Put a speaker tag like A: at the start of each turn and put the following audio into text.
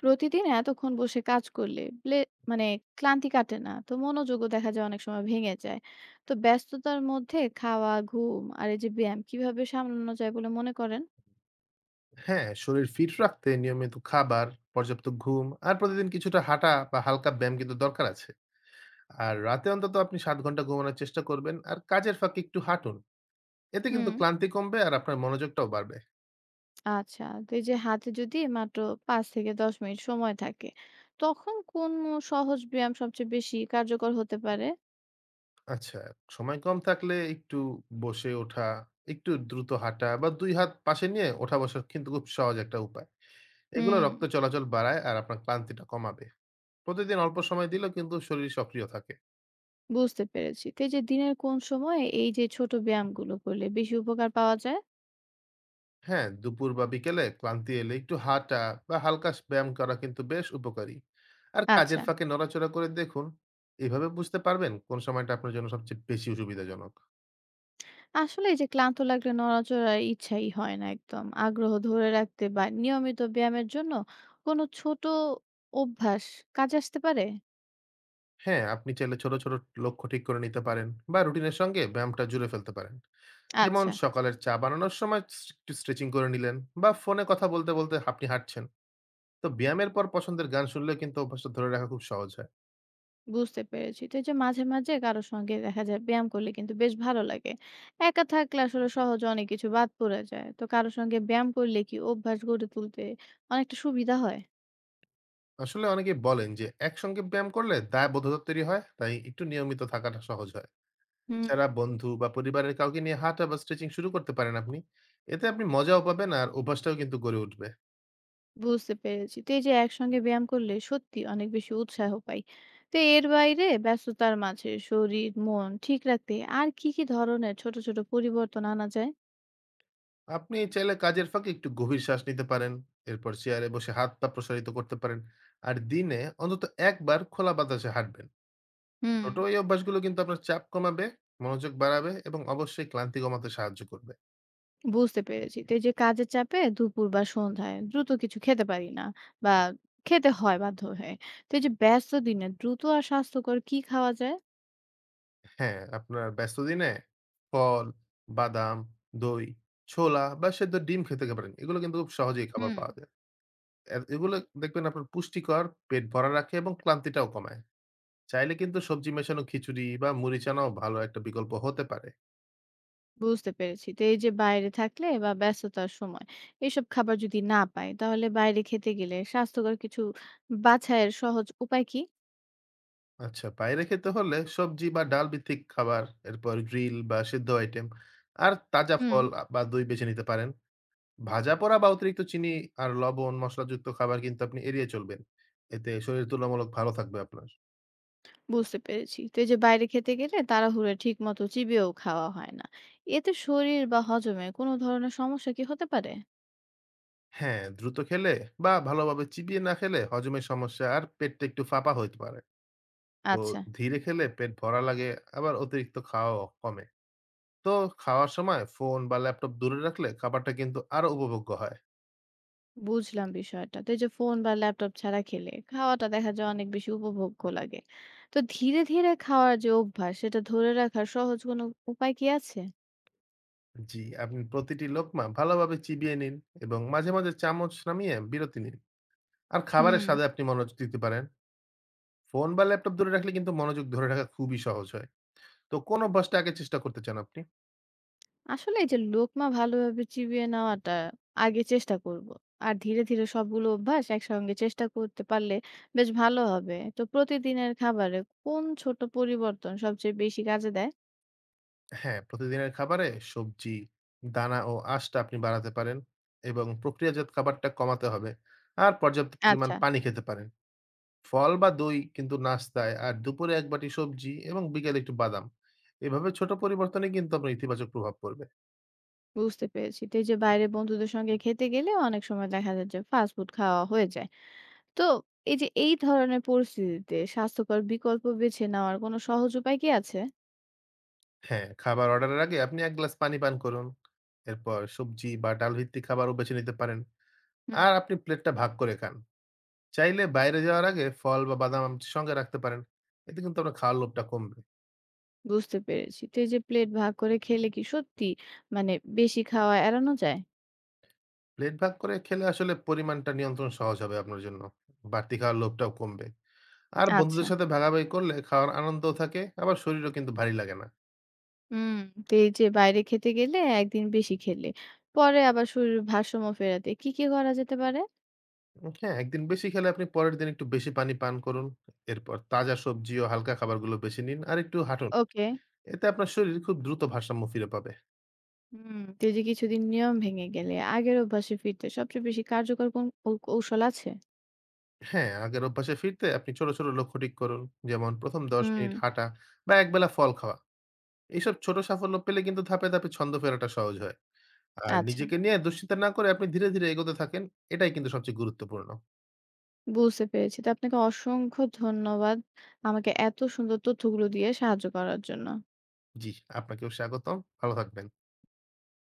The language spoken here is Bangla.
A: প্রতিদিন এতক্ষণ বসে কাজ করলে ব্লে- মানে ক্লান্তি কাটে না, তো মনোযোগও দেখা যায় অনেক সময় ভেঙে যায়। তো ব্যস্ততার মধ্যে খাওয়া, ঘুম আর এই যে ব্যায়াম কিভাবে সামলানো যায় বলে মনে করেন?
B: হ্যাঁ শরীর ফিট রাখতে নিয়মিত খাবার পর্যাপ্ত ঘুম আর প্রতিদিন কিছুটা হাঁটা বা হালকা ব্যায়াম কিন্তু দরকার আছে। আর রাতে অন্তত আপনি ৭ ঘন্টা ঘুমানোর চেষ্টা করবেন আর কাজের ফাঁকে একটু হাঁটুন। এতে
A: হুম।
B: কিন্তু ক্লান্তি কমবে আর আপনার মনোযোগটাও বাড়বে।
A: আচ্ছা, তো এই যে হাতে যদি মাত্র পাঁচ থেকে দশ মিনিট সময় থাকে, তখন কোন সহজ ব্যায়াম সবচেয়ে বেশি কার্যকর হতে পারে?
B: আচ্ছা, সময় কম থাকলে একটু বসে ওঠা, একটু দ্রুত হাঁটা বা দুই হাত পাশে নিয়ে ওঠা বসা কিন্তু খুব সহজ একটা উপায়। এগুলো
A: হুম,
B: রক্ত চলাচল বাড়ায় আর আপনার ক্লান্তিটা কমাবে। প্রতিদিন অল্প সময় দিলেও কিন্তু শরীর সক্রিয় থাকে।
A: বুঝতে পেরেছি। তো এই যে দিনের কোন সময় এই যে ছোট ব্যায়ামগুলো করলে বেশি উপকার পাওয়া যায়?
B: হ্যাঁ, দুপুর বা বিকেলে ক্লান্তি এলে একটু হাঁটা বা হালকা ব্যায়াম করা কিন্তু বেশ উপকারী। আর
A: আচ্ছা।
B: কাজের ফাঁকে নড়াচড়া করে দেখুন। এভাবে বুঝতে পারবেন কোন সময়টা আপনার জন্য সবচেয়ে বেশি সুবিধাজনক।
A: আসলে এই যে ক্লান্ত লাগলে নড়াচড়ার ইচ্ছাই হয় না একদম। আগ্রহ ধরে রাখতে বা নিয়মিত ব্যায়ামের জন্য কোনো ছোট অভ্যাস কাজে আসতে পারে?
B: হ্যাঁ, আপনি চাইলে ছোট ছোট লক্ষ্য ঠিক করে নিতে পারেন বা রুটিনের সঙ্গে ব্যায়ামটা জুড়ে ফেলতে পারেন। যেমন
A: আচ্ছা,
B: সকালের চা বানানোর সময় একটু স্ট্রেচিং করে নিলেন, বা ফোনে কথা বলতে বলতে আপনি হাঁটছেন। তো ব্যায়ামের পর পছন্দের গান শুনলে কিন্তু অভ্যাসটা ধরে রাখা খুব সহজ হয়।
A: বুঝতে পেরেছি। তো এই যে মাঝে, মাঝে কারো সঙ্গে দেখা যায় ব্যায়াম করলে কিন্তু বেশ ভালো লাগে। একা থাকলে আসলে সহজে অনেক কিছু বাদ পড়ে যায়। তো কারো সঙ্গে ব্যায়াম করলে কি অভ্যাস গড়ে তুলতে অনেকটা সুবিধা হয়?
B: আসলে অনেকে বলেন যে একসঙ্গে ব্যায়াম করলে দায়বোধতা তৈরি হয়, তাই একটু নিয়মিত থাকাটা সহজ হয়।
A: হুম,
B: এছাড়া বন্ধু বা পরিবারের কাউকে নিয়ে হাঁটা বা স্ট্রেচিং শুরু করতে পারেন আপনি। এতে আপনি মজাও পাবেন আর অভ্যাসটাও কিন্তু গড়ে উঠবে।
A: বুঝতে পেরেছি। তো এই যে একসঙ্গে ব্যায়াম করলে সত্যি অনেক বেশি উৎসাহ পাই। তো এর বাইরে ব্যস্ততার মাঝে শরীর, মন ঠিক রাখতে আর কি, কি ধরনের ছোট, ছোট পরিবর্তন আনা যায়?
B: আপনি চাইলে কাজের ফাঁকে একটু গভীর শ্বাস নিতে পারেন। এরপর চেয়ারে বসে হাত-পা প্রসারিত করতে পারেন। আর দিনে অন্তত একবার খোলা বাতাসে হাঁটবেন।
A: হুম,
B: ছোট এই অভ্যাসগুলো কিন্তু আপনার চাপ কমাবে, মনোযোগ বাড়াবে এবং অবশ্যই ক্লান্তি কমাতে সাহায্য করবে।
A: বুঝতে পেরেছি। তো এই যে কাজের চাপে দুপুর বা সন্ধ্যায় দ্রুত কিছু খেতে পারি না, বা খেতে হয় বাধ্য হয়ে। তো এই যে ব্যস্ত দিনে দ্রুত আর স্বাস্থ্যকর কি খাওয়া যায়?
B: হ্যাঁ, আপনার ব্যস্ত দিনে ফল, বাদাম, দই, ছোলা বা সেদ্ধ ডিম খেতে পারেন। এগুলো কিন্তু খুব সহজেই খাবার
A: হুম,
B: পাওয়া যায়। এগুলো দেখবেন আপনার পুষ্টিকর, পেট ভরা রাখে এবং ক্লান্তিটাও কমায়। চাইলে কিন্তু সবজি মেশানো খিচুড়ি বা মুড়ি চানাও ভালো একটা বিকল্প হতে পারে।
A: বুঝতে পেরেছি। তো এই যে বাইরে থাকলে বা ব্যস্ততার সময় এসব খাবার যদি না পাই, তাহলে বাইরে খেতে গেলে স্বাস্থ্যকর কিছু বাছাইয়ের সহজ উপায় কি?
B: আচ্ছা, বাইরে খেতে হলে সবজি বা ডাল ভিত্তিক খাবার, এরপর গ্রিল বা সিদ্ধ আইটেম আর তাজা
A: হুম,
B: ফল বা দই বেছে নিতে পারেন। ভাজা পোড়া বা অতিরিক্ত চিনি আর লবণ, মসলাযুক্ত খাবার কিন্তু আপনি এড়িয়ে চলবেন। এতে শরীর তুলনামূলক ভালো থাকবে আপনার।
A: বুঝতে পেরেছি। তো এই যে বাইরে খেতে গেলে তাড়াহুড়ো, ঠিক মতো চিবিয়েও খাওয়া হয় না। এতে শরীর বা হজমে কোনো ধরনের সমস্যা কি হতে পারে?
B: হ্যাঁ, দ্রুত খেলে বা ভালোভাবে চিবিয়ে না খেলে হজমের সমস্যা আর পেটটা একটু ফাঁপা হইতে পারে। তো
A: আচ্ছা,
B: ধীরে খেলে পেট ভরা লাগে, আবার অতিরিক্ত খাওয়াও কমে। তো খাওয়ার সময় ফোন বা ল্যাপটপ দূরে রাখলে খাবারটা কিন্তু আরো উপভোগ্য হয়।
A: বুঝলাম বিষয়টা। তো এই যে ফোন বা ল্যাপটপ ছাড়া খেলে খাওয়াটা দেখা যায় অনেক বেশি উপভোগ্য লাগে। তো ধীরে ধীরে খাওয়ার যে অভ্যাস সেটা ধরে রাখার সহজ কোনো উপায় কি আছে?
B: জি, আপনি প্রতিটি লোকমা ভালোভাবে চিবিয়ে নিন এবং মাঝে মাঝে চামচ নামিয়ে বিরতি নিন। আর
A: হুম।
B: খাবারের স্বাদে আপনি মনোযোগ দিতে পারেন। ফোন বা ল্যাপটপ দূরে রাখলে কিন্তু মনোযোগ ধরে রাখা খুবই সহজ হয়। তো কোন অভ্যাসটা আগে চেষ্টা করতে চান আপনি?
A: আসলে এই যে লোকমা ভালোভাবে চিবিয়ে নেওয়াটা আগে চেষ্টা করব, আর ধীরে ধীরে সবগুলো অভ্যাস একসঙ্গে চেষ্টা করতে পারলে বেশ ভালো হবে। তো প্রতিদিনের খাবারে কোন ছোট পরিবর্তন সবচেয়ে বেশি কাজে দেয়?
B: হ্যাঁ, প্রতিদিনের খাবারে সবজি, দানা ও আঁশটা আপনি বাড়াতে পারেন এবং প্রক্রিয়াজাত খাবারটা কমাতে হবে। আর পর্যাপ্ত পরিমাণ
A: আচ্ছা,
B: পানি খেতে পারেন। ফল বা দই কিন্তু নাস্তায়, আর দুপুরে ১ বাটি সবজি এবং বিকেলে একটু বাদাম। এভাবে ছোট পরিবর্তনে কিন্তু আপনার ইতিবাচক প্রভাব পড়বে।
A: বুঝতে পেরেছি। তো এই যে বাইরে বন্ধুদের সঙ্গে খেতে গেলে অনেক সময় দেখা যায় যে ফাস্ট ফুড খাওয়া হয়ে যায়। তো এই যে এই ধরনের পরিস্থিতিতে স্বাস্থ্যকর বিকল্প বেছে নেওয়ার কোনো সহজ উপায় কি আছে?
B: হ্যাঁ, খাবার অর্ডারের আগে আপনি ১ গ্লাস পানি পান করুন। এরপর সবজি বা ডাল ভিত্তিক খাবারও বেছে নিতে পারেন।
A: হুম,
B: আর আপনি প্লেটটা ভাগ করে খান। চাইলে বাইরে যাওয়ার আগে ফল বা বাদাম আম সঙ্গে রাখতে পারেন। এতে কিন্তু আপনার খাওয়ার লোভটা কমবে।
A: বুঝতে পেরেছি। তো এই যে প্লেট ভাগ করে খেলে কি সত্যি মানে বেশি খাওয়া এড়ানো যায়?
B: প্লেট ভাগ করে খেলে আসলে পরিমাণটা নিয়ন্ত্রণ সহজ হবে আপনার জন্য। বাড়তি খাওয়ার লোভটাও কমবে। আর
A: আচ্ছা।
B: বন্ধুদের সাথে ভাগাভাগি করলে খাওয়ার আনন্দও থাকে, আবার শরীরও কিন্তু ভারী লাগে না।
A: হুম। তো এই যে বাইরে খেতে গেলে একদিন বেশি খেলে, পরে আবার শরীরের ভারসাম্য ফেরাতে কি, কি করা যেতে পারে?
B: হ্যাঁ, একদিন বেশি খেলে আপনি পরের দিন একটু বেশি পানি পান করুন। এরপর তাজা সবজি ও হালকা খাবারগুলো বেশি নিন আর একটু হাঁটুন।
A: ওকে।
B: এতে আপনার শরীর খুব দ্রুত ভারসাম্য ফিরে পাবে।
A: হুম। তো এই যে কিছুদিন নিয়ম ভেঙে গেলে আগের অভ্যাসে ফিরতে সবচেয়ে বেশি কার্যকর কোন কৌশল আছে?
B: হ্যাঁ, আগের অভ্যাসে ফিরতে আপনি ছোট, ছোট লক্ষ্য ঠিক করুন। যেমন ১ম ১০
A: হুম,
B: মিনিট হাঁটা বা একবেলা ফল খাওয়া। এইসব ছোট সাফল্য পেলে কিন্তু ধাপে, ধাপে ছন্দ ফেরাটা সহজ হয়। আর
A: আচ্ছা।
B: নিজেকে নিয়ে দুশ্চিন্তা না করে আপনি ধীরে, ধীরে এগোতে থাকেন। এটাই কিন্তু সবচেয়ে গুরুত্বপূর্ণ।
A: বুঝতে পেরেছি। তো আপনাকে অসংখ্য ধন্যবাদ আমাকে এত সুন্দর তথ্যগুলো দিয়ে সাহায্য করার জন্য।
B: জি, আপনাকেও স্বাগতম। ভালো থাকবেন।